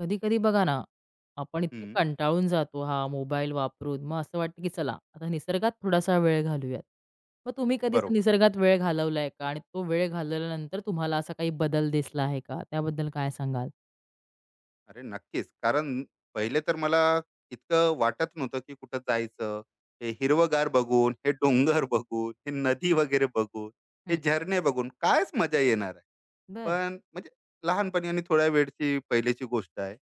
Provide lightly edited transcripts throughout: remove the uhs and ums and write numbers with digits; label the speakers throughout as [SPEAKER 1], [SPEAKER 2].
[SPEAKER 1] कधी-कधी बघा ना, आपण इतके
[SPEAKER 2] हं,
[SPEAKER 1] कंटाळून जातो हा मोबाईल वापरून. मग असं वाटतं, की चला आता निसर्गात थोडासा वेळ घालवूयात. मग तुम्ही कधी असा
[SPEAKER 2] बरोबर.
[SPEAKER 1] निसर्गात वेळ घालवलाय का? आणि तो वेळ घालवल्यानंतर तुम्हाला असा काही बदल दिसला आहे का? त्याबद्दल काय सांगाल?
[SPEAKER 2] अरे, नक्कीच. कारण पहिले तर मला इतकं वाटत नव्हतं, की कुठं जायचं. हे हिरवंगार बघून, हे डोंगर बघून, हे नदी वगैरे बघून, हे
[SPEAKER 1] हं.
[SPEAKER 2] झरणे बघून कायच मजा येणार आहे.
[SPEAKER 1] बरं,
[SPEAKER 2] पण म्हणजे लहानपणी आणि थोड्या वेळची पहिलीची गोष्ट आहे.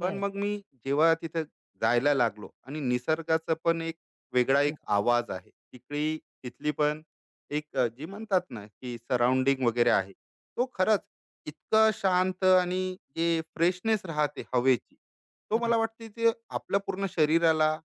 [SPEAKER 2] पण
[SPEAKER 1] बरं,
[SPEAKER 2] मग मी जेव्हा तिथे जायला लागलो आणि निसर्गाचा पण एक वेगळा एक
[SPEAKER 1] बरं,
[SPEAKER 2] आवाज आहे तिकडे. तिथली पण एक जी म्हणतात ना, की सराउंडिंग वगैरे आहे. तो खरंच इतकं शांत आणि जे फ्रेशनेस राहते हवेची, तो
[SPEAKER 1] बरं.
[SPEAKER 2] मला वाटते ते आपल्या पूर्ण शरीराला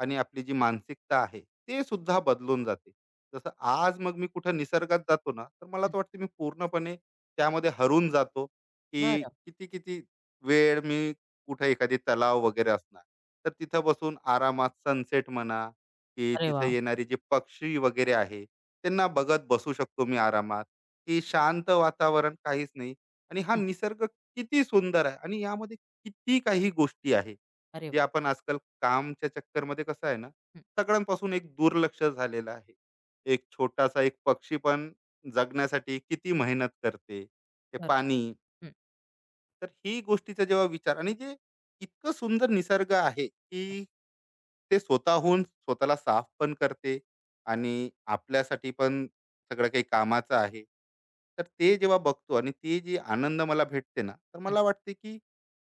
[SPEAKER 2] आणि आपली जी मानसिकता आहे, ते सुद्धा बदलून जाते. जसं आज मग मी कुठं निसर्गात जातो ना, तर मला
[SPEAKER 1] हं.
[SPEAKER 2] तर वाटतं मी पूर्णपणे त्यामध्ये हरवून जातो, की
[SPEAKER 1] बरं.
[SPEAKER 2] किती-किती वेळ मी कुठं एखादी तलाव वगैरे असणार तर तिथं बसून आरामात सनसेट म्हणा की
[SPEAKER 1] अरे
[SPEAKER 2] तिथे
[SPEAKER 1] वाह!
[SPEAKER 2] येणारे जे पक्षी वगैरे आहे त्यांना बघत बसू शकतो मी आरामात, की शांत वातावरण काहीच नाही आणि हा
[SPEAKER 1] हं.
[SPEAKER 2] निसर्ग किती सुंदर आहे आणि यामध्ये किती काही गोष्टी आहे
[SPEAKER 1] अरे
[SPEAKER 2] जे
[SPEAKER 1] वाह!
[SPEAKER 2] आपण आजकाल कामच्या चक्करमध्ये कसं आहे ना,
[SPEAKER 1] हं.
[SPEAKER 2] सगळ्यांपासून एक दुर्लक्ष झालेलं आहे. एक छोटासा एक पक्षी पण जगण्यासाठी किती मेहनत करते ते
[SPEAKER 1] बरं.
[SPEAKER 2] पाणी.
[SPEAKER 1] हं,
[SPEAKER 2] तर ही गोष्टीचा जेव्हा विचार आणि जे इतकं सुंदर निसर्ग आहे
[SPEAKER 1] हं,
[SPEAKER 2] की ते स्वतःहून स्वतःला साफ पण करते आणि आपल्यासाठी पण सगळं काही कामाचं आहे, तर ते जेव्हा बघतो आणि ते जी आनंद मला भेटते ना, तर
[SPEAKER 1] हं,
[SPEAKER 2] मला वाटते की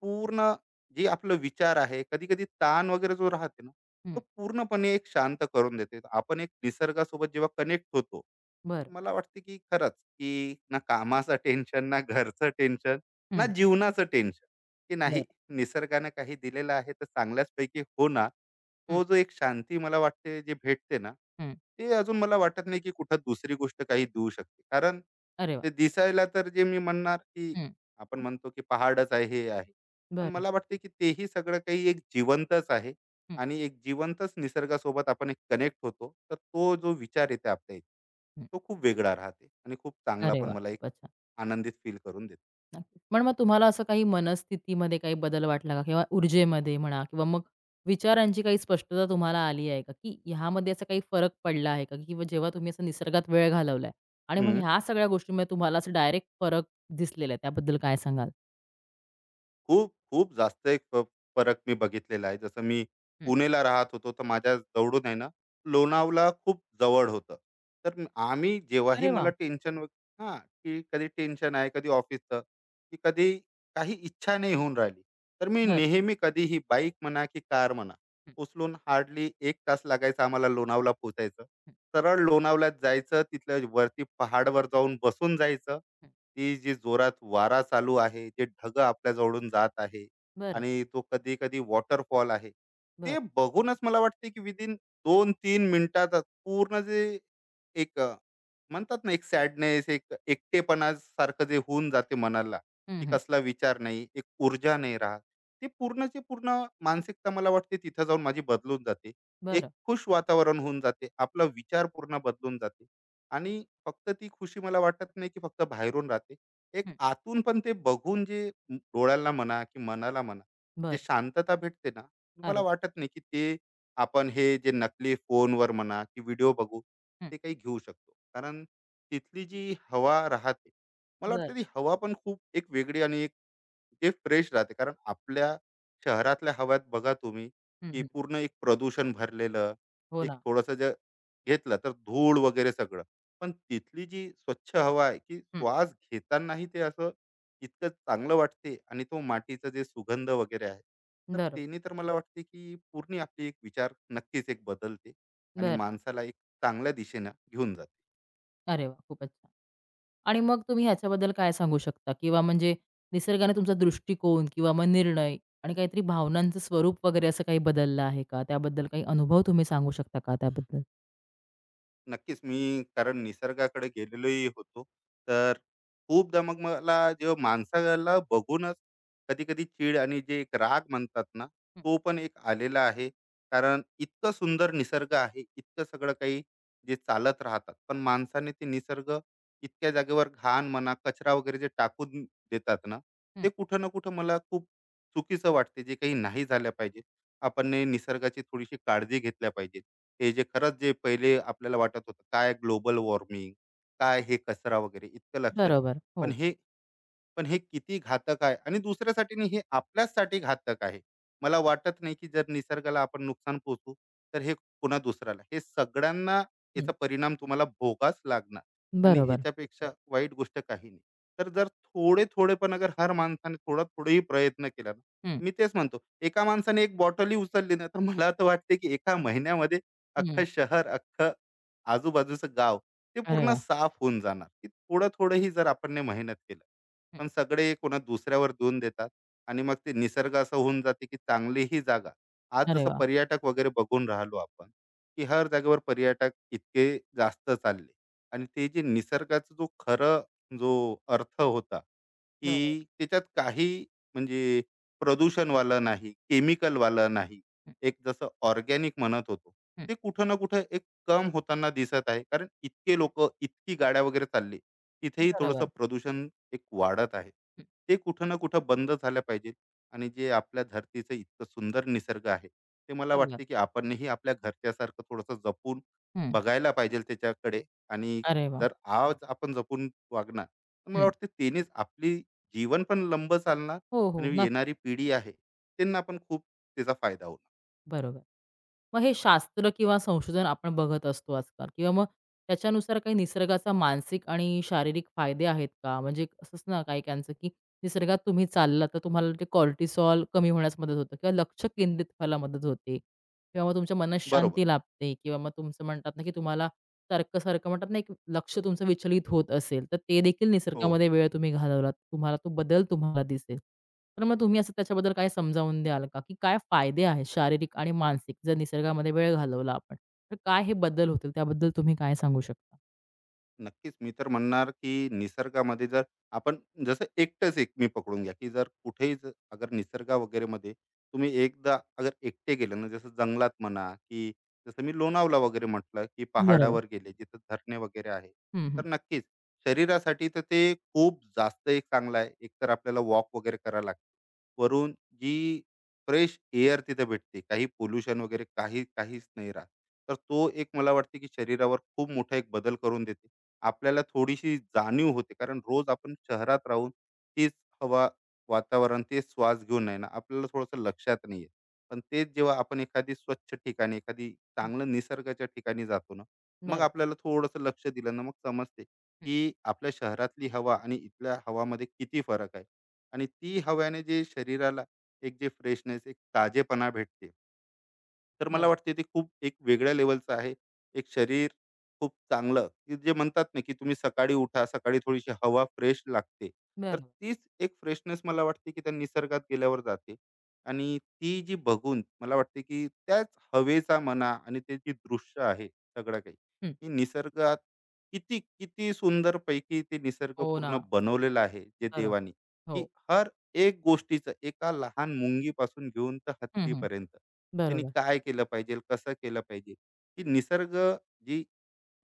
[SPEAKER 2] पूर्ण जे आपलं विचार आहे कधी कधी ताण वगैरे जो राहते ना, तो
[SPEAKER 1] हं.
[SPEAKER 2] पूर्णपणे एक शांत करून देते आपण एक निसर्गासोबत जेव्हा कनेक्ट होतो.
[SPEAKER 1] बरं.
[SPEAKER 2] मला वाटते की खरंच, की ना कामाचं टेन्शन, ना घरचं टेन्शन, ना
[SPEAKER 1] हं.
[SPEAKER 2] जीवनाचं टेन्शन, की
[SPEAKER 1] बरं.
[SPEAKER 2] नाही निसर्गानं काही दिलेलं आहे तर चांगल्याचपैकी होणार.
[SPEAKER 1] हं,
[SPEAKER 2] तो जो एक शांती मला वाटते जे भेटते ना,
[SPEAKER 1] हं.
[SPEAKER 2] ते अजून मला वाटत नाही की कुठं दुसरी गोष्ट काही देऊ शकते. कारण
[SPEAKER 1] अरे वाह!
[SPEAKER 2] ते दिसायला तर जे मी म्हणणार की
[SPEAKER 1] हं.
[SPEAKER 2] आपण म्हणतो की पहाडच आहे, हे आहे. पण
[SPEAKER 1] बरं.
[SPEAKER 2] मला वाटते की तेही सगळं काही एक जिवंतच आहे
[SPEAKER 1] हं,
[SPEAKER 2] आणि एक जिवंतच निसर्गासोबत आपण एक कनेक्ट होतो. तर तो जो विचार येते आपल्या,
[SPEAKER 1] हं.
[SPEAKER 2] तो खूप वेगळा राहते आणि खूप चांगला
[SPEAKER 1] अरे
[SPEAKER 2] पण
[SPEAKER 1] वाह!
[SPEAKER 2] मला एक
[SPEAKER 1] खूपच छान.
[SPEAKER 2] आनंदित फील करून देते.
[SPEAKER 1] नक्कीच. पण मग तुम्हाला असं काही मनस्थितीमध्ये काही बदल वाटला का? किंवा ऊर्जेमध्ये म्हणा किंवा मग विचारांची काही स्पष्टता तुम्हाला आली आहे का? की ह्यामध्ये असा काही फरक पडला आहे का? किंवा जेव्हा तुम्ही असं निसर्गात वेळ घालवलाय आणि मग ह्या सगळ्या गोष्टींमध्ये तुम्हाला असं डायरेक्ट फरक दिसलेला आहे, त्याबद्दल काय सांगाल?
[SPEAKER 2] खूप-खूप जास्त एक फरक मी बघितलेला आहे. जसं मी
[SPEAKER 1] हं.
[SPEAKER 2] पुणेला राहत होतो, तर माझ्या जवळून आहे ना, लोणावळा खूप जवळ होतं. तर आम्ही जेव्हाही
[SPEAKER 1] अरे वाह!
[SPEAKER 2] मला टेन्शन व हां, की कधी टेन्शन आहे, कधी ऑफिसचं, की कधी काही इच्छा नाही होऊन राहिली, तर मी
[SPEAKER 1] बरं.
[SPEAKER 2] नेहमी कधीही बाईक म्हणा की कार म्हणा,
[SPEAKER 1] हं,
[SPEAKER 2] उचलून हार्डली 1 तास लागायचा आम्हाला लोणावळा पोहोचायचं.
[SPEAKER 1] हं,
[SPEAKER 2] सरळ लोणावळ्यात जायचं, तिथल्या वरती पहाडावर जाऊन बसून जायचं.
[SPEAKER 1] हं.
[SPEAKER 2] ती जी जोरात वारा चालू आहे जे ढग आपल्याजवळून जात आहे
[SPEAKER 1] बरं,
[SPEAKER 2] आणि तो कधी कधी वॉटरफॉल आहे,
[SPEAKER 1] बरं.
[SPEAKER 2] ते बघूनच मला वाटते की विदिन दोन तीन मिनिटात पूर्ण जे एक म्हणतात ना एक सॅडनेस एक एकटेपणा सारखं जे होऊन जाते मनाला,
[SPEAKER 1] हं,
[SPEAKER 2] की
[SPEAKER 1] हं.
[SPEAKER 2] कसला विचार नाही एक ऊर्जा नाही राहत, ती पूर्णची पूर्ण मानसिकता मला वाटते तिथं जाऊन माझी बदलून जाते. एक
[SPEAKER 1] बरं.
[SPEAKER 2] खुश वातावरण होऊन जाते आपला विचार पूर्ण बदलून जाते. आणि फक्त ती खुशी मला वाटत नाही की फक्त बाहेरून राहते. एक
[SPEAKER 1] हं.
[SPEAKER 2] आतून पण ते बघून जे डोळ्याला म्हणा की मनाला म्हणा,
[SPEAKER 1] बरं.
[SPEAKER 2] जे शांतता भेटते ना, मला
[SPEAKER 1] अरे!
[SPEAKER 2] वाटत नाही की ते आपण हे जे नकली फोनवर म्हणा की व्हिडिओ बघू,
[SPEAKER 1] हं.
[SPEAKER 2] ते काही घेऊ शकतो. कारण तिथली जी हवा राहते, मला वाटतं
[SPEAKER 1] बरं.
[SPEAKER 2] ती हवा पण खूप एक वेगळी आणि एक जे फ्रेश राहते कारण आपल्या शहरातल्या हव्यात बघा तुम्ही
[SPEAKER 1] हं,
[SPEAKER 2] की
[SPEAKER 1] हं.
[SPEAKER 2] पूर्ण एक प्रदूषण भरलेलं
[SPEAKER 1] हो
[SPEAKER 2] एक
[SPEAKER 1] ना.
[SPEAKER 2] थोडंसं जे घेतलं तर धूळ वगैरे सगळं. पण तिथली जी स्वच्छ हवा आहे की
[SPEAKER 1] हं.
[SPEAKER 2] श्वास घेतानाही ते असं इतकं चांगलं वाटते आणि तो मातीचा जे सुगंध वगैरे आहे, तर
[SPEAKER 1] बरोबर.
[SPEAKER 2] त्याने तर मला वाटते की पूर्ण आपली एक विचार नक्कीच एक बदलते आणि
[SPEAKER 1] बरं.
[SPEAKER 2] माणसाला एक चांगल्या दिशेनं घेऊन जाते.
[SPEAKER 1] अरे वाह! खूपच छान. आणि मग तुम्ही ह्याच्याबद्दल काय सांगू शकता? किंवा म्हणजे निसर्गाने तुमचा दृष्टिकोन किंवा मग निर्णय आणि काहीतरी भावनांचं स्वरूप वगैरे असं काही बदललं आहे का? त्याबद्दल काही अनुभव तुम्ही सांगू शकता का त्याबद्दल?
[SPEAKER 2] नक्कीच. मी कारण निसर्गाकडे गेलेलोही होतो. तर खूपदा मग मला जेव्हा माणसाला बघूनच कधी-कधी चीड आणि जे एक राग म्हणतात ना,
[SPEAKER 1] हं,
[SPEAKER 2] तो पण एक आलेला आहे. कारण इतकं सुंदर निसर्ग आहे, इतकं सगळं काही जे चालत राहतात. पण माणसाने ते निसर्ग इतक्या जागेवर घाण म्हणा, कचरा वगैरे जे टाकून देतात ना,
[SPEAKER 1] हं.
[SPEAKER 2] ते कुठं ना कुठं मला खूप चुकीचं वाटते. जे काही नाही झालं पाहिजे. आपण ने निसर्गाची थोडीशी काळजी घेतल्या पाहिजे. ते जे खरंच जे पहिले आपल्याला वाटत होतं काय ग्लोबल वॉर्मिंग, काय हे कचरा वगैरे इतकं लक्ष नाही.
[SPEAKER 1] बरोबर. हो.
[SPEAKER 2] पण हे पण हे किती घातक आहे आणि दुसऱ्यासाठी नाही हे आपल्याचसाठी घातक आहे. मला वाटत नाही की जर निसर्गाला आपण नुकसान पोचू, तर हे पुन्हा दुसऱ्याला. हे सगळ्यांना
[SPEAKER 1] हं.
[SPEAKER 2] याचा परिणाम तुम्हाला भोगाच लागणार आणि
[SPEAKER 1] बरोबर.
[SPEAKER 2] याच्यापेक्षा वाईट गोष्ट काही नाही. तर जर थोडे-थोडे पण अगर हर माणसाने थोडा-थोडाही प्रयत्न केला ना,
[SPEAKER 1] हं,
[SPEAKER 2] मी तेच म्हणतो, एका माणसाने एक बॉटलही उचलली ना, तर मला तर वाटते की एका महिन्यामध्ये
[SPEAKER 1] हं.
[SPEAKER 2] अख्खं शहर, अख्खं आजूबाजूचं गाव ते
[SPEAKER 1] अरे
[SPEAKER 2] पूर्ण
[SPEAKER 1] वाह!
[SPEAKER 2] साफ होऊन जाणार. की थोडं-थोडंही जर आपण ने मेहनत केलं.
[SPEAKER 1] हं.
[SPEAKER 2] पण सगळे कोणा दुसऱ्यावर देऊन देतात आणि मग ते निसर्ग असं होऊन जाते की चांगली ही जागा. आज
[SPEAKER 1] अरे
[SPEAKER 2] जसं
[SPEAKER 1] वाह!
[SPEAKER 2] पर्यटक वगैरे बघून राहिलो आपण, की हर जागेवर पर्यटक इतके जास्त चालले आणि ते जे निसर्गाचा जो खरं जो अर्थ होता
[SPEAKER 1] बरोबर.
[SPEAKER 2] की त्याच्यात काही म्हणजे प्रदूषणवालं नाही केमिकलवालं नाही,
[SPEAKER 1] हं,
[SPEAKER 2] एक जसं ऑर्गॅनिक म्हणत होतो,
[SPEAKER 1] हं.
[SPEAKER 2] ते कुठं ना कुठं एक कम होताना दिसत आहे. कारण इतके लोक इतकी गाड्या वगैरे चालली तिथेही थोडंसं
[SPEAKER 1] बरोबर.
[SPEAKER 2] प्रदूषण एक वाढत आहे.
[SPEAKER 1] हं.
[SPEAKER 2] ते कुठं ना कुठं बंद झाल्या पाहिजेत आणि जे आपल्या धरतीचं इतकं सुंदर निसर्ग आहे ते मला
[SPEAKER 1] बरोबर.
[SPEAKER 2] वाटते की आपणही आपल्या घरच्यासारखं थोडंसं जपून
[SPEAKER 1] हं.
[SPEAKER 2] बघायला पाहिजे त्याच्याकडे. आणि
[SPEAKER 1] अरे वाह!
[SPEAKER 2] जर आज आपण जपून वागणार तर मला
[SPEAKER 1] हं.
[SPEAKER 2] वाटतं तेनेच आपली जीवन पण लंब चालणार
[SPEAKER 1] हो, हो.
[SPEAKER 2] आणि
[SPEAKER 1] नक्की.
[SPEAKER 2] येणारी पिढी आहे त्यांना पण खूप त्याचा फायदा होणार.
[SPEAKER 1] बरोबर. मग हे शास्त्र किंवा संशोधन आपण बघत असतो आजकाल किंवा मग त्याच्यानुसार काही निसर्गाचा मानसिक आणि शारीरिक फायदे आहेत का? म्हणजे असंच ना काही काहींचं, की निसर्गात तुम्ही चाललात तर तुम्हाला ते कॉर्टिसॉल कमी होण्यास मदत होते किंवा लक्ष केंद्रित व्हायला मदत होते किंवा मग तुमच्या मनास
[SPEAKER 2] बरोबर.
[SPEAKER 1] शांती लाभते किंवा मग तुमचं म्हणतात ना, की तुम्हाला सारखं-सारखं म्हणतात ना, एक लक्ष तुमचं विचलित होत असेल, तर ते देखील
[SPEAKER 2] हो हो.
[SPEAKER 1] निसर्गामध्ये वेळ तुम्ही घालवलात, तुम्हाला तो बदल तुम्हाला दिसेल. तर मग तुम्ही असं त्याच्याबद्दल काय समजावून द्याल का, की काय फायदे आहेत शारीरिक आणि मानसिक जर निसर्गामध्ये वेळ घालवला आपण, तर काय हे बदल होतील त्याबद्दल तुम्ही काय सांगू शकता?
[SPEAKER 2] नक्कीच. मी तर म्हणणार, की निसर्गामध्ये जर आपण जसं एकटंच एक मी पकडून घ्या, की जर कुठेही अगर निसर्ग वगैरेमध्ये तुम्ही एकदा अगर एकटे गेले ना, जसं जंगलात म्हणा, की जसं मी लोणावळा वगैरे म्हटलं, की
[SPEAKER 1] बरोबर.
[SPEAKER 2] पहाडावर गेले जिथं धरणे वगैरे आहे.
[SPEAKER 1] हं, हं.
[SPEAKER 2] तर नक्कीच शरीरासाठी तर ते खूप जास्त एक चांगलं आहे. एकतर आपल्याला वॉक वगैरे करायला लागते. वरून जी फ्रेश एअर तिथे भेटते. काही पोल्युशन वगैरे काही काहीच नाही राहत. तर तो एक मला वाटते, की शरीरावर खूप मोठा एक बदल करून देते. आपल्याला थोडीशी जाणीव होते कारण रोज आपण शहरात राहून तीच हवा वातावरण तेच श्वास घेऊन नाही ना आपल्याला थोडंसं लक्षात नाही येत. पण तेच जेव्हा आपण एखादी स्वच्छ ठिकाणी एखादी
[SPEAKER 1] हं.
[SPEAKER 2] चांगलं निसर्गाच्या ठिकाणी जातो ना, मग
[SPEAKER 1] बरोबर.
[SPEAKER 2] आपल्याला थोडंसं लक्ष दिलं ना, मग समजते
[SPEAKER 1] हं.
[SPEAKER 2] की आपल्या शहरातली हवा आणि इथल्या हवामध्ये किती फरक आहे आणि ती हव्याने जे शरीराला एक जे फ्रेशनेस एक ताजेपणा भेटते, तर मला
[SPEAKER 1] बरोबर.
[SPEAKER 2] वाटते ते खूप एक वेगळ्या लेवलचं आहे. एक शरीर खूप चांगलं, की जे म्हणतात ना, की तुम्ही सकाळी उठा, सकाळी थोडीशी हवा फ्रेश लागते. तर
[SPEAKER 1] बरोबर.
[SPEAKER 2] तीच एक फ्रेशनेस मला वाटते, की त्या निसर्गात गेल्यावर जाते. आणि ती जी बघून मला वाटते, की त्याच हवेचा म्हणा आणि ते जी दृश्य आहे सगळं काही,
[SPEAKER 1] हं.
[SPEAKER 2] की निसर्गात किती, किती सुंदरपैकी ते निसर्ग
[SPEAKER 1] हो ना.
[SPEAKER 2] पूर्ण बनवलेला आहे जे
[SPEAKER 1] बरोबर.
[SPEAKER 2] देवानी, की
[SPEAKER 1] हो.
[SPEAKER 2] हर एक गोष्टीचं एका लहान मुंगीपासून घेऊन तर
[SPEAKER 1] हं, हं.
[SPEAKER 2] हत्तीपर्यंत. त्यांनी
[SPEAKER 1] बरोबर.
[SPEAKER 2] काय केलं पाहिजे, कसं केलं पाहिजे, की निसर्ग जी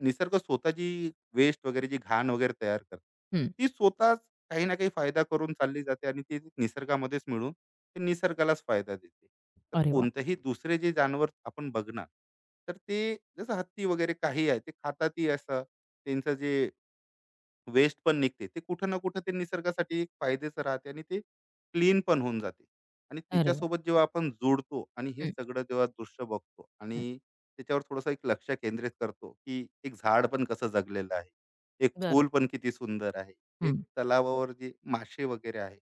[SPEAKER 2] निसर्ग स्वतः जी वेस्ट वगैरे जी घाण वगैरे तयार करते
[SPEAKER 1] हं.
[SPEAKER 2] ती स्वतःच काही ना काही फायदा करून चालली जाते आणि ती निसर्गामध्येच मिळून ते निसर्गालाच फायदा देते. तर
[SPEAKER 1] अरे वाह!
[SPEAKER 2] कोणतंही दुसरे जे जानवर आपण बघणार, तर ते जसं हत्ती वगैरे काही आहे ते खातातही असं त्यांचं जे वेस्ट पण निघते. ते कुठं ना कुठं ते निसर्गासाठी एक फायद्याचं राहते आणि ते क्लीन पण होऊन जाते. आणि
[SPEAKER 1] अरे वाह!
[SPEAKER 2] त्याच्यासोबत जेव्हा आपण जोडतो आणि हे
[SPEAKER 1] हं,
[SPEAKER 2] सगळं जेव्हा दृश्य बघतो
[SPEAKER 1] हं.
[SPEAKER 2] आणि त्याच्यावर थोडंसं एक लक्ष केंद्रित करतो, की एक झाड पण कसं जगलेलं आहे. एक फूल
[SPEAKER 1] बरोबर.
[SPEAKER 2] पण किती सुंदर आहे. एक
[SPEAKER 1] हं.
[SPEAKER 2] तलावावर जे मासे वगैरे आहे.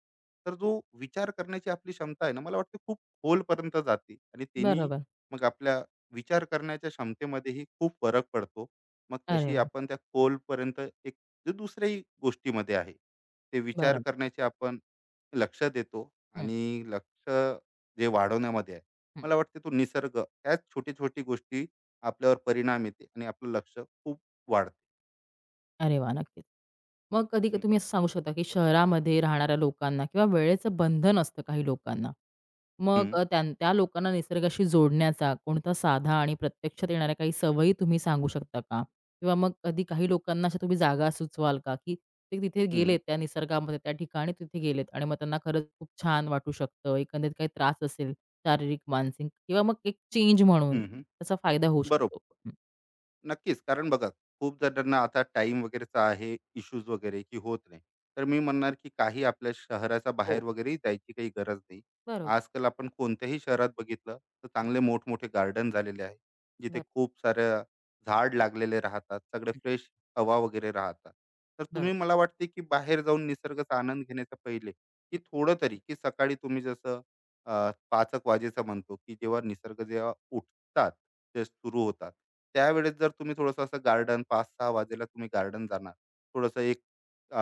[SPEAKER 2] तर जो विचार करण्याची आपली क्षमता आहे ना, मला वाटतं खूप खोलपर्यंत जाते आणि त्यांनी
[SPEAKER 1] बरोबर.
[SPEAKER 2] मग आपल्या विचार करण्याच्या क्षमतेमध्येही खूप फरक पडतो. मग
[SPEAKER 1] अरे
[SPEAKER 2] तशी
[SPEAKER 1] वाह!
[SPEAKER 2] आपण त्या खोलपर्यंत एक जे दुसऱ्याही गोष्टीमध्ये आहे ते विचार
[SPEAKER 1] बरोबर.
[SPEAKER 2] करण्याचे आपण लक्ष देतो
[SPEAKER 1] हं,
[SPEAKER 2] आणि लक्ष जे वाढवण्यामध्ये आहे,
[SPEAKER 1] हं.
[SPEAKER 2] मला वाटते तो निसर्ग ह्याच छोटी छोटी गोष्टी आपल्यावर परिणाम येते आणि आपलं लक्ष खूप वाढते.
[SPEAKER 1] अरे वाह! नक्कीच. मग कधी
[SPEAKER 2] हम्म,
[SPEAKER 1] तुम्ही असं सांगू शकता, की शहरामध्ये राहणाऱ्या लोकांना किंवा वेळेचं बंधन असतं काही लोकांना. मग
[SPEAKER 2] हम्म,
[SPEAKER 1] त्या त्या लोकांना निसर्गाशी जोडण्याचा कोणता साधा आणि प्रत्यक्षात येणाऱ्या काही सवयी तुम्ही सांगू शकता का? किंवा मग कधी काही लोकांना अशा तुम्ही जागा सुचवाल का, की ते तिथे
[SPEAKER 2] हम्म,
[SPEAKER 1] गेलेत त्या निसर्गामध्ये त्या ठिकाणी तिथे गेलेत आणि मग त्यांना खरंच खूप छान वाटू शकतं. एकंदरीत काही त्रास असेल शारीरिक, मानसिक किंवा मग एक चेंज म्हणून
[SPEAKER 2] हम्म, हम्म.
[SPEAKER 1] त्याचा फायदा होऊ
[SPEAKER 2] बरोबर.
[SPEAKER 1] शकतो. हं.
[SPEAKER 2] नक्कीच. कारण बघा, खूप जणांना आता टाईम वगैरेचा आहे, इश्यूज वगैरे की होत नाही. तर मी म्हणणार की काही आपल्या शहराच्या
[SPEAKER 1] हो.
[SPEAKER 2] बाहेर वगैरेही जायची काही गरज नाही.
[SPEAKER 1] बरोबर.
[SPEAKER 2] आजकाल आपण कोणत्याही शहरात बघितलं, तर
[SPEAKER 1] हं.
[SPEAKER 2] चांगले मोठमोठे गार्डन झालेले आहे. जिथे
[SPEAKER 1] बरोबर.
[SPEAKER 2] खूप साऱ्या झाड लागलेले राहतात. सगळे
[SPEAKER 1] हं.
[SPEAKER 2] फ्रेश हवा वगैरे राहतात. तर
[SPEAKER 1] बरोबर.
[SPEAKER 2] तुम्ही मला वाटते की बाहेर जाऊन निसर्गाचा आनंद घेण्याच्या पहिले, की थोडं तरी की सकाळी तुम्ही जसं अ, 5:00 वाजेचं म्हणतो, की जेव्हा निसर्ग जेव्हा उठतात ते सुरू होतात, त्यावेळेस जर तुम्ही थोडंसं असं गार्डन 5-6 वाजेला तुम्ही गार्डन जाणार थोडंसं एक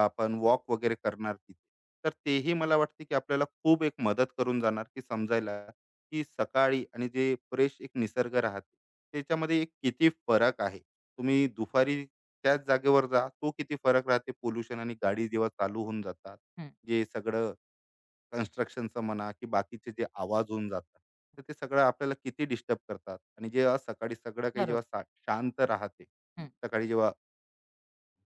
[SPEAKER 2] आपण वॉक वगैरे करणार तिथे, तर तेही मला वाटते की आपल्याला खूप एक मदत करून जाणार की समजायला की सकाळी आणि जे फ्रेश एक निसर्ग राहते त्याच्यामध्ये एक किती फरक आहे. तुम्ही दुपारी त्याच जागेवर जा, तो किती फरक राहते पोल्युशन आणि गाडी जेव्हा चालू होऊन जातात,
[SPEAKER 1] हं,
[SPEAKER 2] जे सगळं कन्स्ट्रक्शनचं म्हणा की बाकीचे जे आवाज होऊन जातात, तर ते सगळं आपल्याला किती डिस्टर्ब करतात आणि जे आज सकाळी सगळं काही जेव्हा
[SPEAKER 1] बरोबर.
[SPEAKER 2] शांत राहते.
[SPEAKER 1] हं,
[SPEAKER 2] सकाळी जेव्हा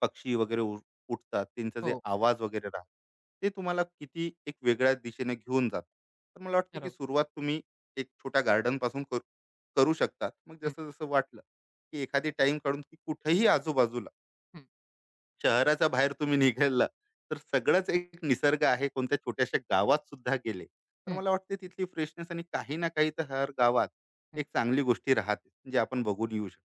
[SPEAKER 2] पक्षी वगैरे उठतात त्यांचा जे
[SPEAKER 1] हो,
[SPEAKER 2] आवाज वगैरे राहते, ते तुम्हाला किती एक वेगळ्या दिशेने घेऊन जातात. तर मला वाटते की
[SPEAKER 1] बरोबर.
[SPEAKER 2] सुरुवात तुम्ही एक छोट्या गार्डन पासून करू करू शकतात. मग
[SPEAKER 1] हं,
[SPEAKER 2] जसं जसं वाटलं की एखादी टाइम काढून की कुठेही आजूबाजूला
[SPEAKER 1] हं,
[SPEAKER 2] शहराच्या बाहेर तुम्ही निघाला, तर सगळंच एक निसर्ग आहे. कोणत्या छोट्याशा गावात सुद्धा गेले, तर
[SPEAKER 1] हं,
[SPEAKER 2] मला वाटते तिथली फ्रेशनेस आणि काही ना काही तर हर गावात
[SPEAKER 1] हं.
[SPEAKER 2] एक चांगली गोष्टी राहते, जे आपण बघून येऊ शकतो.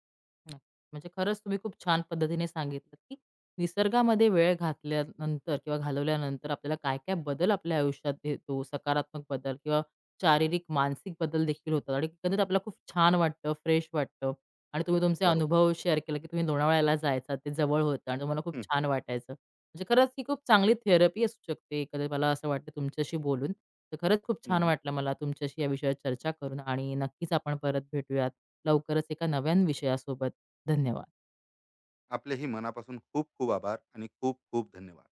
[SPEAKER 1] नक्की. म्हणजे खरंच तुम्ही खूप छान पद्धतीने सांगितलं, की निसर्गामध्ये वेळ घातल्यानंतर किंवा घालवल्यानंतर आपल्याला काय-काय बदल आपल्या आयुष्यात येतो, सकारात्मक बदल किंवा शारीरिक, मानसिक बदल देखील होतात आणि एकंदरीत आपल्याला खूप छान वाटतं, फ्रेश वाटतं आणि तुम्ही तुमचे
[SPEAKER 2] बरोबर.
[SPEAKER 1] अनुभव शेअर केला, की तुम्ही लोणावळ्याला जायचा, ते जवळ होतं आणि तुम्हाला खूप
[SPEAKER 2] हं,
[SPEAKER 1] छान वाटायचं. म्हणजे खरंच ही खूप चांगली थेरपी असू शकते. कदाचित मला असं वाटतं तुमच्याशी बोलून. तर खरंच खूप छान
[SPEAKER 2] हं.
[SPEAKER 1] वाटलं मला तुमच्याशी या विषयावर चर्चा करून आणि नक्कीच आपण परत भेटूयात लवकरच एका नव्यान विषयासोबत. धन्यवाद.
[SPEAKER 2] आपलेही मनापासून खूप खूप आभार आणि खूप खूप धन्यवाद.